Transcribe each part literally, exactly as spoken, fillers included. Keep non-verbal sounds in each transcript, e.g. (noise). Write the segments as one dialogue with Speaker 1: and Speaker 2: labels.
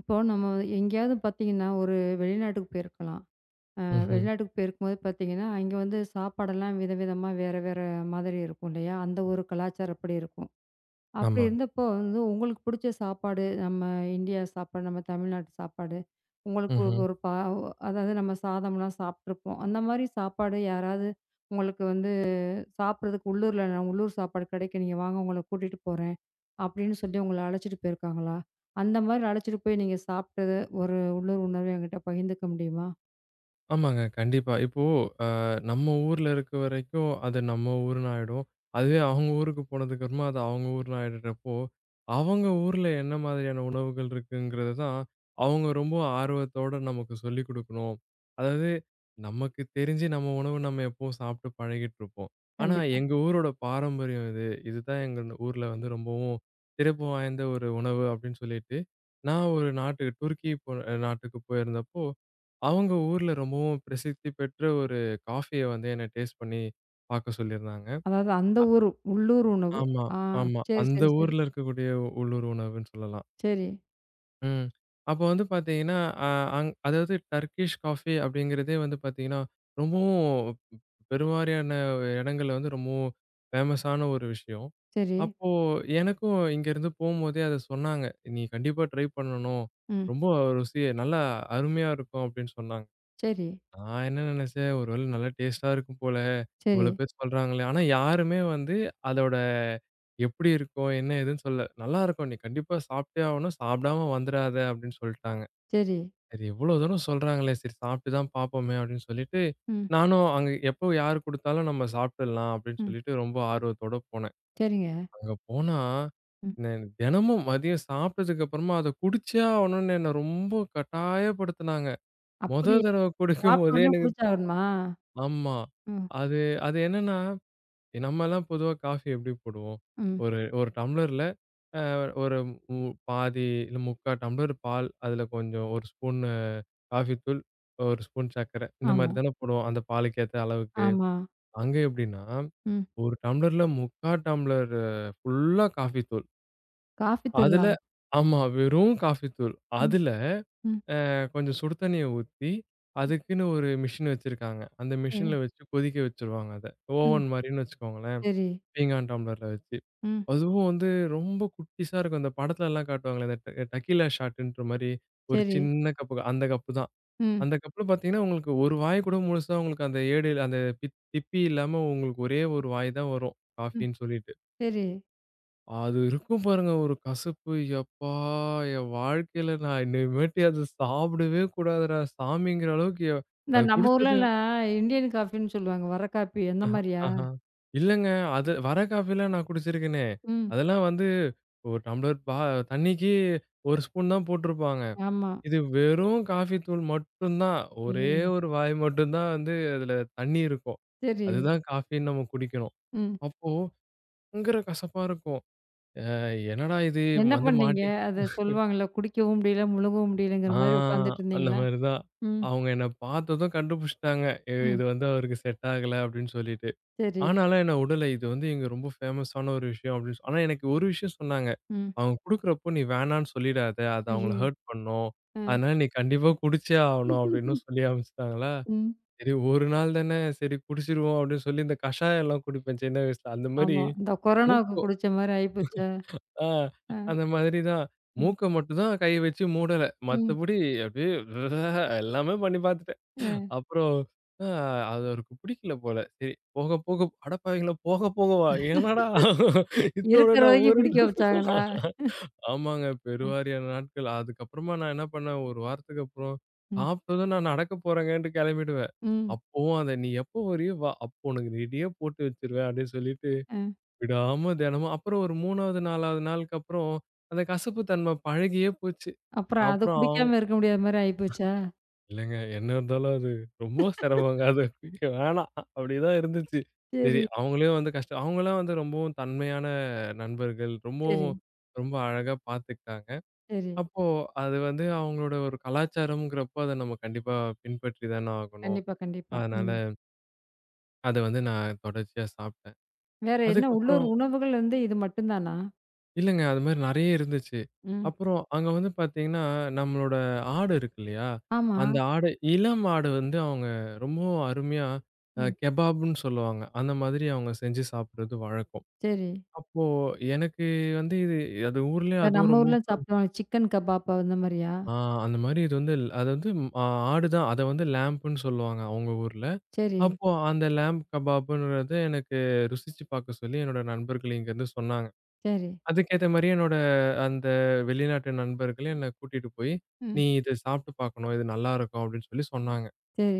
Speaker 1: இப்போ நம்ம எங்கேயாவது பார்த்தீங்கன்னா, ஒரு வெளிநாட்டுக்கு போயிருக்கலாம். அ
Speaker 2: ம்ஹ்ம்.
Speaker 1: வெளிநாட்டுக்கு போயிருக்கும்போது பார்த்தீங்கன்னா, அங்கே வந்து சாப்பாடெல்லாம் விதவிதமா வேற வேற மாதிரி இருக்கும் இல்லையா? அந்த ஒரு கலாச்சாரப்படி இருக்கும். அப்படி
Speaker 2: ஆமாங்க.
Speaker 1: இருந்தப்போ வந்து உங்களுக்கு பிடிச்ச சாப்பாடு, நம்ம இந்தியா சாப்பாடு, நம்ம தமிழ்நாட்டு சாப்பாடு, உங்களுக்கு ஒரு
Speaker 2: ம்ஹ்ம்.
Speaker 1: ஒரு பா அதாவது நம்ம சாதம்லாம் சாப்பிட்டுருப்போம். அந்த மாதிரி சாப்பாடு யாராவது உங்களுக்கு வந்து சாப்பிடுறதுக்கு உள்ளூர்ல நான் உள்ளூர் சாப்பாடு கடைக்கு நீங்க வாங்க உங்கள கூட்டிட்டு போறேன். அப்படின்னு சொல்லி உங்கள அழைச்சிட்டு போயிருக்காங்களா? அந்த மாரி அழைச்சிட்டு போய் நீங்க சாப்பிட்டது ஒரு உள்ளூர் உணவு என்கிட்ட பகிர்ந்துக்க முடியுமா?
Speaker 2: ஆமாங்க. கண்டிப்பா. இப்போ அ நம்ம ஊர்ல இருக்க வரைக்கும் அது நம்ம ஊருன்னு ஆயிடும். அதுவே அவங்க ஊருக்கு போனதுக்கப்புறமா அது அவங்க ஊருன்னு ஆயிடுறப்போ, அவங்க ஊர்ல என்ன மாதிரியான உணவுகள் இருக்குங்கிறது தான் அவங்க ரொம்ப ஆர்வத்தோட நமக்கு சொல்லிக் குடுக்கணும். அதாவது நமக்கு தெரிஞ்சு நம்ம உணவு நம்ம எப்பவும் சாப்பிட்டு பழகிட்டுருப்போம். ஆனா
Speaker 1: கண்டிப்பா.
Speaker 2: எங்க ஊரோட பாரம்பரியம் இது. இதுதான் எங்க ஊர்ல வந்து ரொம்பவும் சிறப்பு வாய்ந்த ஒரு உணவு அப்படின்னு சொல்லிட்டு, நான் ஒரு நாட்டுக்கு துருக்கி போ நாட்டுக்கு போயிருந்தப்போ அவங்க ஊர்ல ரொம்பவும் பிரசித்தி பெற்ற ஒரு காஃபிய வந்து என்ன டேஸ்ட் பண்ணி பார்க்க சொல்லியிருந்தாங்க.
Speaker 1: அதாவது அந்த ஊர் உள்ளூர் உணவு.
Speaker 2: ஆமா,
Speaker 1: ஆ.
Speaker 2: ஆமா.
Speaker 1: சரி,
Speaker 2: அந்த
Speaker 1: சரி, சரி.
Speaker 2: ஊர்ல இருக்கக்கூடிய உள்ளூர் உணவுன்னு சொல்லலாம்.
Speaker 1: சரி,
Speaker 2: ம். அப்ப வந்து பார்த்தீங்கன்னா, அ அங் அதாவது டர்க்கிஷ் காஃபி அப்படிங்கிறதே வந்து பார்த்தீங்கன்னா, ரொம்பவும் பெருவாரியான இடங்கள்ல வந்து ரொம்பவும் ஃபேமஸான ஒரு விஷயம்.
Speaker 1: சரி.
Speaker 2: அப்போ எனக்கும் இங்கேருந்து போம்போதே அத சொன்னாங்க. "நீ கண்டிப்பா ட்ரை பண்ணணும்.
Speaker 1: ம்.
Speaker 2: ரொம்ப ருசி நல்லா அருமையா இருக்கும்" அப்படின்னு சொன்னாங்க.
Speaker 1: சரி,
Speaker 2: நான் என்ன நினைச்சேன், ஒரு வேள நல்லா டேஸ்ட்டா இருக்கும் போல.
Speaker 1: சரி,
Speaker 2: இவ்வளோ பேர் சொல்றாங்களே! ஆனா யாருமே வந்து அதோட எப்படி இருக்கும்? என்ன ஏதுன்னு சொல்லல. "நல்லாருக்கும். நீ கண்டிப்பா சாப்பிட்டே ஆவணும். சாப்பிடாம வந்துராத" அப்படின்னு சொல்ட்டாங்க.
Speaker 1: சரி.
Speaker 2: சரி இவ்வளோ தூரம் சொல்றாங்களே! சரி சாப்பிட்டு தான் பார்ப்போமே அப்படின்னு சொல்லிட்டு,
Speaker 1: ம்,
Speaker 2: நானும் அங்க எப்போ யார் குடுத்தாலும் நம்ம சாப்பிட்டுடலாம் அப்படின்னு
Speaker 1: ம்.
Speaker 2: சொல்லிட்டு ரொம்ப ஆர்வத்தோட போனேன்.
Speaker 1: சரிங்க.
Speaker 2: அங்க போனா,
Speaker 1: ம்.
Speaker 2: ந தினமும் மதியம் சாப்பிட்டதுக்கு அப்புறமா அத குடிச்சே ஆவணும்னு என்ன ரொம்ப கட்டாயப்படுத்துனாங்க. மொத
Speaker 1: அப்படியா?
Speaker 2: தடவ
Speaker 1: சாப்பிட்ட
Speaker 2: குடிக்கும்போதே
Speaker 1: உடனே குடிச்சாகணுமா?
Speaker 2: ஆமா.
Speaker 1: ம்,
Speaker 2: அது அது என்னன்னா, நம்மலாம் பொதுவா காஃபி எப்படி போடுவோம்?
Speaker 1: ம்.
Speaker 2: ஒரு ஒரு டம்ளர்ல அ ஒரு மு பாதி இல்ல முக்கால் டம்ளர் பால், அதுல கொஞ்சம் ஒரு ஸ்பூனு காஃபி தூள், ஒரு ஸ்பூன் சர்க்கரை. இந்த
Speaker 1: ஆமா,
Speaker 2: மாரி தானே போடுவோம், அந்த பாலுக்கு ஏத்த அளவுக்கு.
Speaker 1: ஆமா.
Speaker 2: அங்க எப்படின்னா,
Speaker 1: ம்.
Speaker 2: ஒரு டம்ளர்ல முக்கால் டம்ளர் ஃபுல்லா காஃபி தூள்.
Speaker 1: காஃபி தூளா?
Speaker 2: அதுல ஆமா. வெறும் காஃபி தூள்.
Speaker 1: ம்,
Speaker 2: அதுல
Speaker 1: ம்.
Speaker 2: கொஞ்சம் சுடு தண்ணிய ஊத்தி, அதுக்குன்னு ஒரு மிஷின் வச்சிருக்காங்க. அந்த
Speaker 1: சரி,
Speaker 2: மிஷின்ல வச்சு கொதிக்க வச்சுருவாங்க அத.
Speaker 1: ம்.
Speaker 2: ஓவன் மாரின்னு வச்சுக்கோங்களேன்.
Speaker 1: சரி.
Speaker 2: பீங்கான் டம்ளர்ல வச்சு.
Speaker 1: ம்.
Speaker 2: அதுவும் வந்து ரொம்ப குட்டிஸா இருக்கும். இந்த படத்துலலாம் காட்டுவாங்களே, இந்த ட டக்கீலா ஷாட்டுன்ற மாரி ஒரு
Speaker 1: சரி.
Speaker 2: சின்ன கப்பு அந்த கப்பு தான்.
Speaker 1: ம்,
Speaker 2: அந்த கப்புல பார்த்தீங்கன்னா, உங்களுக்கு ஒரு வாய் கூட முழுசா உங்களுக்கு அந்த ஏடு அந்த பித் திப்பி இல்லாம உங்களுக்கு ஒரே ஒரு வாய் தான் வரும்.
Speaker 1: ம்.
Speaker 2: காஃபின்னு சொல்லிட்டு.
Speaker 1: சரி.
Speaker 2: அது இருக்கும் பாருங்க ஒரு கசப்பு. யப்பா! என் வாழ்க்கையில நான் இனிமேட்டு அத சாப்பிடவே கூடாதுடா சாமிங்கிற அளவுக்கு எ
Speaker 1: இந்த
Speaker 2: அது
Speaker 1: நம்ம
Speaker 2: குடிச்சது
Speaker 1: ஊர்லலாம் இந்தியன் காஃபின்னு சொல்லுவாங்க. வர காப்பி அந்த
Speaker 2: ஆஹா,
Speaker 1: மாரியா?
Speaker 2: ஆஹா. இல்லங்க. அது வர காஃபிலாம் நான் குடிச்சிருக்கேனே!
Speaker 1: ம்.
Speaker 2: அதெல்லாம் வந்து ஒரு டம்ளர் பா தண்ணிக்கு ஒரு ஸ்பூன் தான் போட்டிருப்பாங்க.
Speaker 1: ஆமா.
Speaker 2: இது வெறும் காஃபி தூள் மட்டும் தான். ஒரே
Speaker 1: ஐயய்யோ!
Speaker 2: ஒரு வாய் மட்டும் தான் வந்து அதில தண்ணி இருக்கும்.
Speaker 1: சரி.
Speaker 2: அதுதான் காஃபின்னு நம்ம குடிக்கணும்.
Speaker 1: ம்.
Speaker 2: அப்போ பயங்கர கசப்பா இருக்கும். அ என்னடா இது
Speaker 1: என்ன
Speaker 2: வந்து
Speaker 1: பண்ணீங்க?
Speaker 2: மாட்டிக்
Speaker 1: அத சொல்லுவாங்கல்ல, குடிக்கவும் முடியல, முழுங்கவும் முடியலங்கிற
Speaker 2: ஆ
Speaker 1: மாரி உட்காந்துட்டு
Speaker 2: அந்த
Speaker 1: இருந்தீங்களா?
Speaker 2: மாரி தான்.
Speaker 1: ம்.
Speaker 2: அவங்க என்ன பார்த்ததும் கண்டுபிடிச்சுட்டாங்க. "இ
Speaker 1: ம்.
Speaker 2: இது வந்து அவருக்கு செட் ஆகல" அப்படின்னு சொல்லிட்டு.
Speaker 1: சரி.
Speaker 2: ஆனாலும் என்ன உடல இது வந்து இங்க ரொம்ப ஃபேமஸான ஒரு விஷயம் அப்படின்னு சொ ஆனா எனக்கு ஒரு விஷயம் சொன்னாங்க.
Speaker 1: ம்.
Speaker 2: அவங்க குடுக்குறப்போ "நீ வேணான்னு சொல்லிடாத. அது அவங்கள
Speaker 1: ஐயய்யோ!
Speaker 2: ஹர்ட் பண்ணும்.
Speaker 1: ஆ.
Speaker 2: அதனால நீ கண்டிப்பா குடிச்சே ஆவணும்" அப்படின்னு சொல்லி அனுப்பிச்சுட்டாங்களா.
Speaker 1: ம்.
Speaker 2: சரி ஒரு நாள் தானே சரி குடிச்சிருவோம் அப்படின்னு சொல்லி இந்த கஷாயம் எல்லாம் குடிப்பேன் சின்ன வயசுல. அந்த மாரி
Speaker 1: ஆமா. இந்த கொரோனாவுக்கு
Speaker 2: மூக்
Speaker 1: குடிச்ச மாரி ஆயிப்போச்சா?
Speaker 2: ஆ,
Speaker 1: ஆ.
Speaker 2: அந்த மாதிரி தான்.
Speaker 1: ம்.
Speaker 2: மூக்க மட்டும் தான் கை வச்சு மூடல.
Speaker 1: ம்.
Speaker 2: மத்தபடி அப்படியே (laughs) எல்லாமே பண்ணி பார்த்துட்டேன்.
Speaker 1: அ
Speaker 2: அப்புறம் அ அது அவருக்கு பிடிக்கல போல. சரி போக போக அடப்பாவிங்களா போக போகவா? என்னடா இத்தோட
Speaker 1: இருக்கிற
Speaker 2: நான்
Speaker 1: வரைக்கும் குடிக்க
Speaker 2: ஊருனா
Speaker 1: வச்சாங்களா?
Speaker 2: ஆமாங்க. பெருவாரியான நாட்கள். அதுக்கப்புறமா நான் என்ன பண்ணேன், ஒரு வாரத்துக்கு அப்புறம்
Speaker 1: ம்.
Speaker 2: சாப்பிட்டதும் நான் நடக்க போறேங்கன்ட்டு கெளம்பிடுவேன்.
Speaker 1: ம்.
Speaker 2: அப்பவும் அத நீ எப்போ வரியோ வா! அப்போ உனக்கு ரெடியா போட்டு வச்சுருவேன் அப்படின்னு சொல்லிட்டு
Speaker 1: அ.
Speaker 2: விடாம தினமும் அப்புறம் ஒரு மூணாவது, நாலாவது நாளுக்கு அப்புறம், அந்த கசப்பு தன்மை பழகியே போச்சு.
Speaker 1: அப்புறம் அத
Speaker 2: அப்புறம் அவங்க
Speaker 1: குடிக்காம இருக்க முடியாத மாரி ஆயிப்போச்சா?
Speaker 2: இல்லங்க என்ன இருந்தாலும் அது ரொம்ப சிரமங்க. அது வேணாம் அப்படிதான் இருந்துச்சு. சரி
Speaker 1: சரி,
Speaker 2: அவங்களே வந்து கஷ்டம் அவங்கலாம் வந்து ரொம்பவும் தன்மையான நண்பர்கள்.
Speaker 1: சரி,
Speaker 2: ரொம்பவும் ரொம்ப அழகா பார்த்துக்கிட்டாங்க.
Speaker 1: சரி.
Speaker 2: அப்போ அது வந்து அவங்களோட ஒரு கலாச்சாரம்ங்கிறப்போ, அத நம்ம கண்டிப்பா பின்பற்றி தானே ஆகணும்.
Speaker 1: கண்டிப்பா, கண்டிப்பா.
Speaker 2: அதனால
Speaker 1: ம்.
Speaker 2: அத வந்து நான் தொடர்ச்சியா சாப்பிட்டேன்.
Speaker 1: வேற என்ன உள்ளூர்
Speaker 2: அதுக்கப்புறம்
Speaker 1: உணவுகள் வந்து இது மட்டும் தானா?
Speaker 2: இல்லங்க. அது மாரி நெறைய இருந்துச்சு.
Speaker 1: ம்.
Speaker 2: அப்புறம் அங்க வந்து பார்த்தீங்கன்னா, நம்மளோட ஆடு இருக்கு இல்லையா?
Speaker 1: ஆமா.
Speaker 2: அந்த ஆடு இளம் ஆடு வந்து அவங்க ரொம்பவும் அருமையா அ
Speaker 1: ம்.
Speaker 2: கெபாப்ன்னு சொல்லுவாங்க. அந்த மாதிரி அவங்க செஞ்சு சாப்பிடுறது வழக்கம்.
Speaker 1: சரி.
Speaker 2: அப்போ எனக்கு வந்து இது அது ஊர்லயே
Speaker 1: இந்த
Speaker 2: அதுவும்
Speaker 1: நம்ம
Speaker 2: ரொம்ப
Speaker 1: ஊர்ல
Speaker 2: ஃபேம
Speaker 1: சாப்பிடுவாங்க. சிக்கன் கபாப் அந்த மாரியா?
Speaker 2: ஆ அந்த மாரி இது வந்து அது வந்து ம், ஆ ஆடு தான். அத வந்து லேம்ப்ன்னு சொல்லுவாங்க அவங்க ஊர்ல.
Speaker 1: சரி,
Speaker 2: அப்போ அந்த லேம்ப் கபாப்ன்றது எனக்கு ருசிச்சு பார்க்க சொல்லி என்னோட நண்பர்கள் இங்கேருந்து சொன்னாங்க.
Speaker 1: சரி,
Speaker 2: அதுக்கேத்த மாரி என்னோட அந்த வெளிநாட்டு நண்பர்கள் என்ன கூட்டிட்டு போய்,
Speaker 1: ம்.
Speaker 2: "நீ இத சாப்பிட்டு பார்க்கணும். இது நல்லாருக்கும்." அப்படின்னு சொல்லி சொன்னாங்க.
Speaker 1: சரி,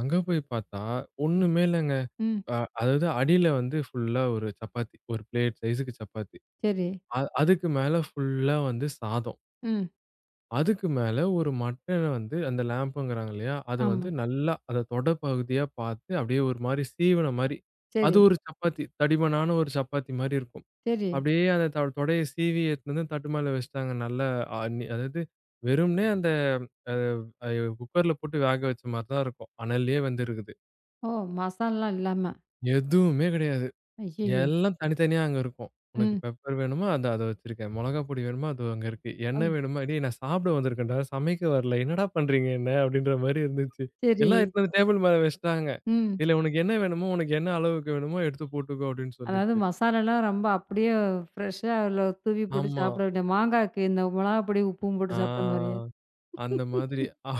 Speaker 2: அங்க போய் பார்த்தா, ஒண்ணுமே இல்லங்க.
Speaker 1: ம்.
Speaker 2: அ அதாவது அடியில வந்து ஃபுல்லா ஒரு சப்பாத்தி. ஒரு பிளேட் சைஸ்க்கு சப்பாத்தி.
Speaker 1: சரி.
Speaker 2: அ அதுக்கு மேல ஃபுல்லா வந்து சாதம்.
Speaker 1: ம்.
Speaker 2: அதுக்கு மேல ஒரு மட்டன வந்து அந்த லேம்புங்கிறாங்க இல்லையா? அத
Speaker 1: ஆமா.
Speaker 2: வந்து நல்லா அத தொட பகுதியா பார்த்து, அப்படியே ஒரு மாரி சீவன மாரி.
Speaker 1: சரி,
Speaker 2: அது ஒரு சப்பாத்தி. தடிமனான ஒரு சப்பாத்தி மாரி இருக்கும்.
Speaker 1: சரி.
Speaker 2: அப்படியே அந்த தொ தொடைய சீவி எடுத்துட்டு வந்து தட்டு மேல வச்சுட்டாங்க. நல்லா அ நி அதாவது வெறுமனே அந்த அ அய்யோ குக்கர்ல போட்டு வேக வச்ச மாரி தான் இருக்கும். அனல்லேயே வெந்திருக்குது.
Speaker 1: ஓ! மசாலாலாம் இல்லாம.
Speaker 2: எதுவுமே கிடையாது.
Speaker 1: ஐய்யய்யோ!
Speaker 2: எல்லாம் தனித்தனியா அங்க இருக்கும். உனக்கு
Speaker 1: ம்.
Speaker 2: பெப்பர் வேணுமா? அந்தா அத வச்சிருக்கேன். மிளகா பொடி வேணுமா? அது அங்க இருக்கு.
Speaker 1: அ
Speaker 2: எண்ணெய் வேணுமா? "டேய் நான் சாப்பிட வந்திருக்கேன்டா, சமைக்க வரல. என்னடா பண்றீங்க என்ன?" அப்படின்ற மாரி இருந்துச்சு.
Speaker 1: சரி.
Speaker 2: எல்லாம் எடுத்துட்டு வந்து டேபிள் மேல வச்சுட்டாங்க.
Speaker 1: ம்.
Speaker 2: "இதுல உனக்கு என்ன வேணுமோ, உனக்கு என்ன அளவுக்கு வேணுமோ எடுத்து போட்டுக்கோ" அப்படின்னு
Speaker 1: அதாவது
Speaker 2: சொல்லிட்டு.
Speaker 1: மசாலாலாம் ரொம்ப அப்படியே ஃப்ரெஷ்ஷா அதில தூவி போட்டு
Speaker 2: ஆமா.
Speaker 1: சாப்பிட வேண்டிய மாங்காய்க்கு இந்த மிளகாப்பொடி, உப்பும்
Speaker 2: ஆ.
Speaker 1: போட்டு சாப்பிட்ட மாரியா?
Speaker 2: அந்த மாதிரி. அ-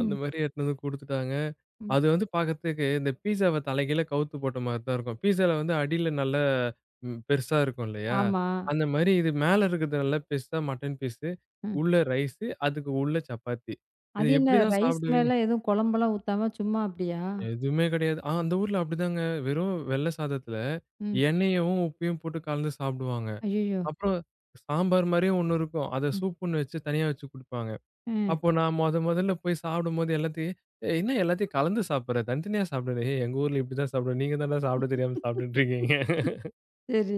Speaker 2: அந்த மாதிரி எடுத்துட்டு வந்து குடுத்துட்டாங்க.
Speaker 1: ம்.
Speaker 2: அது வந்து பாக்கறதுக்கு இந்த பீஸாவ தலைகீழா கவுத்து போட்ட மாரி தான் இருக்கும். பீஸால வந்து அடியில நல்லா ம் பெருசா இருக்கும் இல்லையா?
Speaker 1: ஆமா.
Speaker 2: அந்த மாரி இது மேல இருக்கிறது நல்லா பெருசா மட்டன் பீஸு, உள்ள ரைஸு, அதுக்கு உள்ள சப்பாத்தி. இது
Speaker 1: அது என்ன
Speaker 2: எப்படிதான்
Speaker 1: ரைஸ்
Speaker 2: சாப்பிடுவீங்க?
Speaker 1: மேல எதுவும் குழம்பெல்லாம் ஊத்தாம சும்மா அப்படியா?
Speaker 2: எதுவுமே கிடையாது. ஆ அந்த ஊர்ல அப்படிதாங்க. வெறும் வெள்ள சாதத்துல
Speaker 1: ம்.
Speaker 2: எண்ணெயவும், உப்பையும் போட்டு கலந்து சாப்பிடுவாங்க.
Speaker 1: ஐயய்யோ!
Speaker 2: அப்புறம் சாம்பார் மாரியே ஒண்ணு இருக்கும். அத
Speaker 1: ம்.
Speaker 2: சூப்புன்னு வச்சு தனியா வச்சு குடுப்பாங்க.
Speaker 1: அ.
Speaker 2: அப்போ நான் மொத மொதல்ல போய் சாப்பிடும்போது எல்லாத்தையும், "ஏய் என்ன எல்லாத்தையும் கலந்து சாப்பிடுற? தனித்தனியா சாப்பிடாத. ஏய் எங்க ஊர்ல இப்படிதான் சாப்பிடுவோம். நீங்க தான்டா சாப்பிட தெரியாம சாப்பிட்டுட்டு இருக்கீங்க."
Speaker 1: சரி.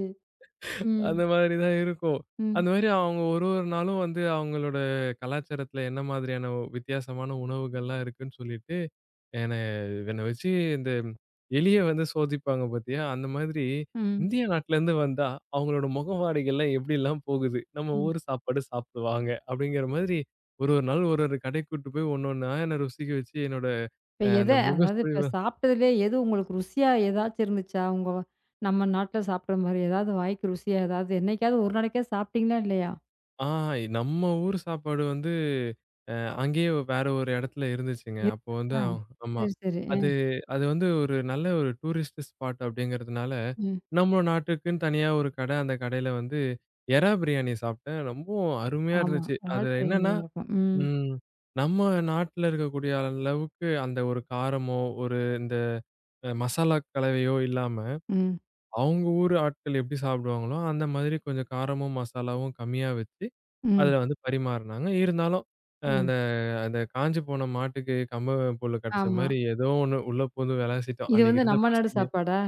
Speaker 1: ம்.
Speaker 2: அந்த மாதிரி தான் இருக்கும்.
Speaker 1: ம்.
Speaker 2: அந்த மாதிரி அவங்க ஒரு ஒரு நாளும் வந்து அவங்களோட கலாச்சாரத்துல என்ன மாதிரியான வித்தியாசமான உணவுகள்லாம் இருக்குன்னு சொல்லிட்டு என்ன என்ன வச்சு இந்த எலிய வந்து சோதிப்பாங்க பாத்தியா? அந்த மாதிரி
Speaker 1: ம்.
Speaker 2: இந்திய நாட்டுலருந்து வந்தா, அவங்களோட முகவாடைகள்லாம் எப்படிலாம் போகுது? நம்ம
Speaker 1: ம்.
Speaker 2: ஊர் சாப்பாடு சாப்பிடுவாங்க. அப்படிங்கிற மாதிரி ஒரு ஒரு நாள் ஒரு ஒரு கடைக்கு கூட்டு போய் ஒண்ணு ஒண்ணா என்ன ருசிக்க வச்சு என்னோட
Speaker 1: இப்ப
Speaker 2: அ
Speaker 1: எத
Speaker 2: அந்த
Speaker 1: அதாவது இப்ப
Speaker 2: முகசுழிவ
Speaker 1: சாப்பிட்டதுலயே எது உங்களுக்கு ருசியா ஏதாச்சும் இருந்துச்சா? உங்க நம்ம நாட்ல சாப்பிடுற மாரி ஏதாவது வாய்க்கு ருசியா ஏதாவது என்னைக்காவது ஒரு நாளைக்காவது சாப்பிட்டீங்களா இல்லையா?
Speaker 2: ஆ நம்ம ஊர் சாப்பாடு வந்து அ அங்கேயே வேற ஒரு இடத்துல இருந்துச்சுங்க. அப்போ வந்து
Speaker 1: இருக்கா?
Speaker 2: அவ- ஆமா.
Speaker 1: சரி, சரி. அ,
Speaker 2: அது அது வந்து ஒரு நல்ல ஒரு டூரிஸ்ட் ஸ்பாட் அப்படிங்கிறதுனால,
Speaker 1: ம்.
Speaker 2: நம்ம நாட்டுக்குன்னு தனியா ஒரு கடை. அந்த கடையில வந்து எறா பிரியாணி சாப்பிட்டேன். ரொம்பவும் அருமையா
Speaker 1: ஆமா.
Speaker 2: இருந்துச்சு. அது
Speaker 1: இறால் பொரியல்
Speaker 2: என்னன்னா,
Speaker 1: நல்லாருக்கும். ம்.
Speaker 2: ம் நம்ம நாட்டுல இருக்கக்கூடிய அளவுக்கு அந்த ஒரு காரமோ, ஒரு இந்த அஹ், மசாலா கலவையோ இல்லாம,
Speaker 1: ம்.
Speaker 2: அவங்க ஊர் ஆட்கள் எப்படி சாப்பிடுவாங்களோ, அந்த மாதிரி கொஞ்சம் காரமும், மசாலாவும் கம்மியா வச்சு
Speaker 1: ம்.
Speaker 2: அதுல வந்து பரிமாறுனாங்க. இருந்தாலும் அ
Speaker 1: ம்.
Speaker 2: அந்த அந்த காஞ்சு போன மாட்டுக்கு கம்ப புல்லு கெடைச்ச
Speaker 1: ஆமா.
Speaker 2: மாரி ஏதோ ஒண்ணு உள்ள பூந்து வெளாசிட்டோம்.
Speaker 1: இது
Speaker 2: அன்னைக்கு
Speaker 1: வந்து
Speaker 2: இருந்த
Speaker 1: நம்ம நாடு
Speaker 2: பசிக்கு
Speaker 1: சாப்பாடா?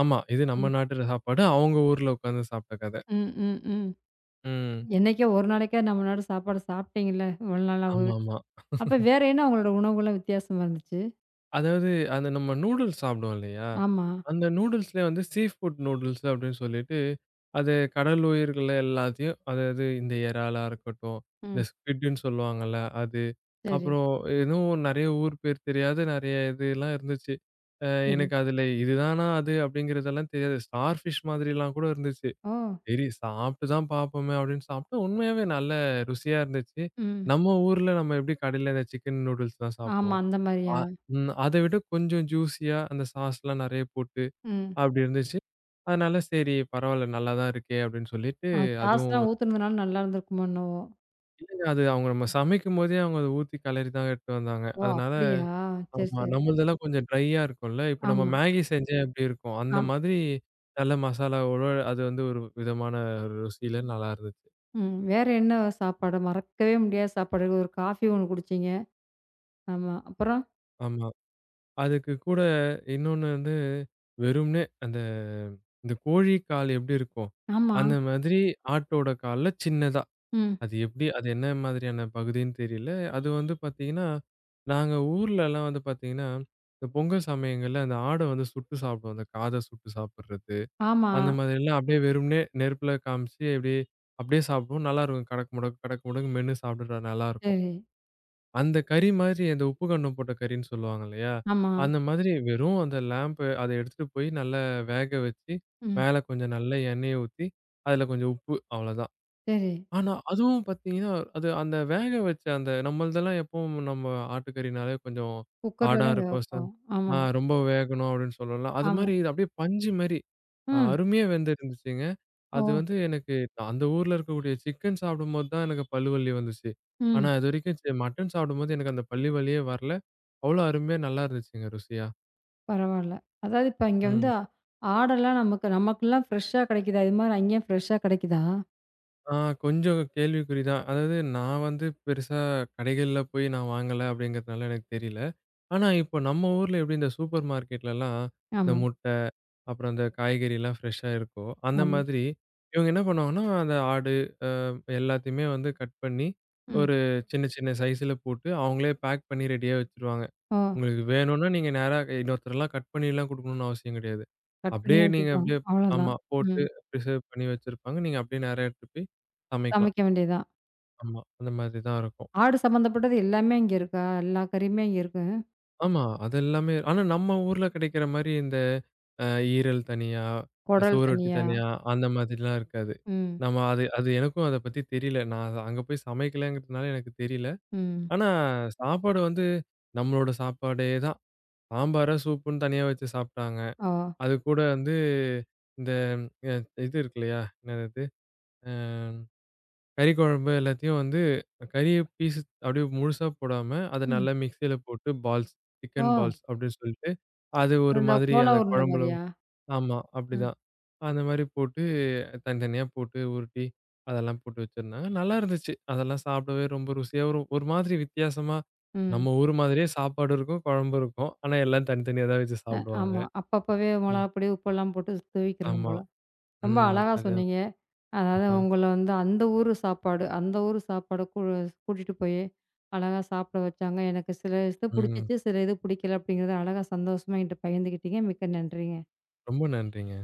Speaker 2: ஆமா. இது
Speaker 1: ம்.
Speaker 2: நம்ம நாட்டு சாப்பாடு. அவங்க ஊர்ல உட்காந்து சாப்பிட்ட கத.
Speaker 1: ம். ம். ம்.
Speaker 2: ம்.
Speaker 1: என்னைக்கோ ஒரு நாளைக்கா நம்மளோட சாப்பாடு சாப்பிட்டீங்கல்ல, இவ்வளோ நாளா உங்க வீட்
Speaker 2: ஆமாமா.
Speaker 1: அப்ப வேற என்ன உங்களோட உணவுகள்லாம் வித்தியாசமா இருந்துச்சு?
Speaker 2: அதாவது, அந்த நம்ம நூடுல்ஸ் சாப்பிடுவோம் இல்லையா?
Speaker 1: ஆமா.
Speaker 2: அந்த நூடுல்ஸ்லயே வந்து சீ ஃபுட் நூடுல்ஸ் அப்படின்னு சொல்லிட்டு, அது கடல் உயிர்கள எல்லாத்தையும் அதாவது இந்த இறாலா இருக்கட்டும், இந்த
Speaker 1: ம்.
Speaker 2: ஸ்க்விட்ன்னு சொல்லுவாங்கல்ல அது.
Speaker 1: சரி,
Speaker 2: அப்புறம் இன்னும் நெறைய ஊர் பேர் தெரியாத நெறைய இதெல்லாம் இருந்துச்சு. அ
Speaker 1: சரி.
Speaker 2: எனக்கு அதுல இதுதானா அது அப்படிங்கிறதெல்லாம் தெரியாது. ஸ்டார் ஃபிஷ் மாதிரிலாம் கூட இருந்துச்சு.
Speaker 1: ஓ!
Speaker 2: சரி, சாப்பிட்டு தான் பார்ப்போமே அப்படின்னு சாப்பிட்டா, உண்மையாவே நல்ல ருசியா இருந்துச்சு.
Speaker 1: ம்.
Speaker 2: நம்ம ஊர்ல நம்ம எப்படி கடையில இந்த சிக்கன் நூடுல்ஸ் தான்
Speaker 1: ஆமா,
Speaker 2: சாப்பிடுவோம்.
Speaker 1: அந்த
Speaker 2: அ
Speaker 1: மாரியா?
Speaker 2: ம் அத விட கொஞ்சம் ஜூஸியா அந்த சாஸ்லாம் நெறைய போட்டு
Speaker 1: ம்.
Speaker 2: அப்படி இருந்துச்சு. அதனால சரி பரவால்ல நல்லா தான் இருக்கே அப்படின்னு சொல்லிட்டு
Speaker 1: ஆ
Speaker 2: அதுவும்
Speaker 1: சாஸ்லாம் ஊத்துனதுனால நல்லா இருந்திருக்குமோ என்னவோ?
Speaker 2: இல்லங்க அது அவங்க நம்ம சமைக்கும்போதே அவங்க அத ஊத்தி கெளரி தான் எடுத்துட்டு வந்தாங்க.
Speaker 1: ஓ!
Speaker 2: அதனால
Speaker 1: அப்படியா? சரி,
Speaker 2: ஆமா
Speaker 1: சரி.
Speaker 2: நம்மளதெல்லாம் கொஞ்சம் ட்ரையா இருக்கும்ல. இப்ப நம்ம
Speaker 1: ஆமா.
Speaker 2: மேகி செஞ்சா எப்படி இருக்கும்? அந்த
Speaker 1: ஆம்.
Speaker 2: மாதிரி நல்ல மசாலாவோட அது வந்து ஒரு விதமான ருசியில நல்லா இருந்துச்சு.
Speaker 1: ம். வேற என்ன சாப்பாடு? மறக்கவே முடியாத சாப்பாடு. ஒரு காஃபி ஒண்ணு குடிச்சீங்க. ஆமா. அப்புறம்?
Speaker 2: ஆமா. அதுக்கு கூட இன்னொன்னு வந்து, வெறுமனே அந்த இந்த கோழி கால் எப்படி இருக்கும்?
Speaker 1: ஆமா.
Speaker 2: அந்த மாதிரி ஆட்டோட கால்ல சின்னதா.
Speaker 1: ம்.
Speaker 2: அது எப்படி அது என்ன மாதிரியான பகுதின்னு தெரியல. அது வந்து பார்த்தீங்கன்னா, நாங்க ஊர்லலாம் வந்து பார்த்தீங்கன்னா, இந்த பொங்கல் சமயங்கள்ல அந்த ஆட வந்து சுட்டு சாப்பிடுவோம். அந்த காத சுட்டு சாப்பிடுறது.
Speaker 1: ஆமா.
Speaker 2: அந்த மாதிரிலாம் அப்படியே வெறுமனே நெருப்புல காமிச்சு, அப்படியே அப்படியே சாப்பிடுவோம். நல்லாருக்கும். கடக்கு முடக்கு, கடக்கு முடக்கு மென்னு சாப்பிடுற நல்லாருக்கும்.
Speaker 1: சரி.
Speaker 2: அந்த கறி மாதிரி அந்த உப்பு காரம் போட்ட கறின்னு சொல்லுவாங்க இல்லையா?
Speaker 1: ஆமா.
Speaker 2: அந்த மாதிரி வெறும் அந்த லேம்ப் அத எடுத்துட்டு போய் நல்லா வேக வச்சு,
Speaker 1: ம்.
Speaker 2: மேல கொஞ்சம் நல்ல எண்ணெய ஊத்தி, அதுல கொஞ்சம் உப்பு அவ்வளதான்.
Speaker 1: சரி.
Speaker 2: ஆனா, அதுவும் பார்த்தீங்கன்னா, அது அந்த வேக வச்ச அந்த நம்மள்தெல்லாம் எப்பவும் நம்ம ஆட்டுக்கறினாலே கொஞ்சம்
Speaker 1: குக்கர்ல
Speaker 2: ஹார்டா
Speaker 1: தான் வேக
Speaker 2: இருக்கும். ச
Speaker 1: வைப்போம். ஆமா,
Speaker 2: ஆ ரொம்ப வேகணும் அப்படின்னு சொல்லலாம். அது
Speaker 1: ஆமா.
Speaker 2: மாரி இது அப்படியே பஞ்சு மாரி அ
Speaker 1: ம்.
Speaker 2: அருமையா வெந்திருந்துச்சுங்க.
Speaker 1: ஓ!
Speaker 2: அது வந்து எனக்கு நான் அந்த ஊர்ல இருக்கக்கூடிய சிக்கன் சாப்பிடும்போது தான் எனக்கு பல்லு வலி வந்துச்சு.
Speaker 1: ம்.
Speaker 2: ஆனா, இதுவரைக்கும் ச மட்டன் சாப்பிடும்போது எனக்கு அந்த பல்லு வலியே வரல. அவ்வளோ அருமையா நல்லா இருந்துச்சுங்க ருசியா.
Speaker 1: பரவால்ல. அதாவது இப்ப இங்க வந்து
Speaker 2: ம்.
Speaker 1: ஆ- ஆடெல்லாம் நமக்கு நமக்கெல்லாம் ஃப்ரெஷ்ஷா கிடைக்குதா? இது மாரி அங்கேயும் ஃப்ரெஷ்ஷா கிடைக்குதா?
Speaker 2: ஆ கொஞ்சம் கேள்விக்குறி தான். அதாவது நான் வந்து பெருசா கடைகள்ல போய் நான் வாங்கல அப்படிங்கிறதுனால எனக்கு தெரியல. ஆனா, இப்போ நம்ம ஊர்ல எப்படி இந்த சூப்பர் மார்க்கெட்லலாம், இந்த
Speaker 1: ஆமா,
Speaker 2: முட்டை, அப்புறம் அந்த காய்கறிலாம் ஃப்ரெஷ்ஷா இருக்கோ, அந்த
Speaker 1: ஆமா.
Speaker 2: மாதிரி இவங்க என்ன பண்ணுவாங்கன்னா, அந்த ஆடு எல்லாத்தையுமே வந்து கட் பண்ணி,
Speaker 1: ம்.
Speaker 2: ஒரு சின்ன சின்ன சைஸ்ல போட்டு, அவங்களே பேக் பண்ணி ரெடியா வச்சுருவாங்க.
Speaker 1: ஓ!
Speaker 2: உங்களுக்கு வேணும்னா நீங்க நேரா இன்னொருத்தர்லாம் கட் பண்ணிலாம் குடுக்கணும்னு அவசியம் கிடையாது.
Speaker 1: கட்
Speaker 2: அப்படியே
Speaker 1: பண்ணியே
Speaker 2: நீங்க
Speaker 1: வச்சிருப்பாங்க.
Speaker 2: அப்படியே
Speaker 1: அவ்வளோதான்.
Speaker 2: ஆமா போட்டு,
Speaker 1: ம்.
Speaker 2: ப்ரிசர்வ் பண்ணி வச்சிருப்பாங்க. நீங்க அப்படியே நேரா எடுத்துட்டு போய் சமைக்கலாம்.
Speaker 1: சமைக்க வேண்டியதுதான்.
Speaker 2: ஆமா, அந்த மாதிரி தான் இருக்கும்.
Speaker 1: ஆடு சம்மந்தப்பட்டது எல்லாமே இங்க இருக்கா? எல்லா கறியுமே இங்க இருக்கு.
Speaker 2: ஆமா. அது எல்லாமே ஆனா நம்ம ஊர்ல கிடைக்கிற மாரி இந்த அ ஈரல் தனியா,
Speaker 1: குடல்
Speaker 2: சுவரொட்டி
Speaker 1: தனியா?
Speaker 2: தனியா அந்த மாதிரிலாம் இருக்காது.
Speaker 1: ம்,
Speaker 2: நம்ம அது அது எனக்கும் அத பத்தி தெரியல. நான் அது அங்க போய் சமைக்கலங்கிறதுனால எனக்கு தெரியல.
Speaker 1: ம்.
Speaker 2: ஆனா சாப்பாடு வந்து நம்மளோட சாப்பாடே தான். சாம்பாரா, சூப்புன்னு தனியா வச்சு சாப்ட்டாங்க.
Speaker 1: ஓ!
Speaker 2: அது கூட வந்து இந்த அ இது இருக்கு இல்லையா? என்னது அது? அ கறி குழம்பு எல்லாத்தையும் வந்து கறிய பீஸ் அப்படியே முழுசா போடாம, அத
Speaker 1: ம்.
Speaker 2: நல்லா மிக்ஸியில போட்டு பால்ஸ்,
Speaker 1: ஓ!
Speaker 2: சிக்கன் பால்ஸ் அப்படின்னு சொல்லிட்டு, அது ஒரு
Speaker 1: அந்த
Speaker 2: மாதிரி
Speaker 1: கோலா
Speaker 2: அந்த
Speaker 1: உருண்ட
Speaker 2: குழம்புல
Speaker 1: மாரியா?
Speaker 2: வந்து- ஆமா
Speaker 1: ம்,
Speaker 2: அப்படிதான். அந்த மாரி போட்டு தனித்தனியா போட்டு உருட்டி, அதெல்லாம் போட்டு வச்சிருந்தாங்க. நல்லா இருந்துச்சு. அதெல்லாம் சாப்பிடவே ரொம்ப ருசியா ஒரு ஒரு மாதிரி வித்தியாசமா,
Speaker 1: ம்.
Speaker 2: நம்ம ஊர் மாதிரியே சாப்பாடு இருக்கும், குழம்பு இருக்கும். ஆனா எல்லாம் தனித்தனியா தான் வச்சு
Speaker 1: அ
Speaker 2: சாப்பிடுவாங்க.
Speaker 1: ஆமா. அப்பப்பவே மொளகா
Speaker 2: ம்.
Speaker 1: பொடி, உப்பெல்லாம் போட்டு தூவிக்கிறணும்
Speaker 2: ஆமா.
Speaker 1: போல. ரொம்ப
Speaker 2: ம்.
Speaker 1: அழகா
Speaker 2: அதான்.
Speaker 1: சொன்னீங்க. அதாவது
Speaker 2: ஆஹா.
Speaker 1: உங்கள வந்து அந்த ஊரு சாப்பாடு, அந்த ஊரு சாப்பாடு கூ கூட்டிட்டு போயி அழகா சாப்பிட வச்சாங்க. எனக்கு சில இது
Speaker 2: ம்.
Speaker 1: புடிச்சுச்சு, சில இது புடிக்கல அப்படிங்கிறத அழகா சந்தோஷமா என்கிட்ட பகிர்ந்துக்கிட்டீங்க. மிக்க நன்றிங்க.
Speaker 2: ரொம்ப நன்றிங்க.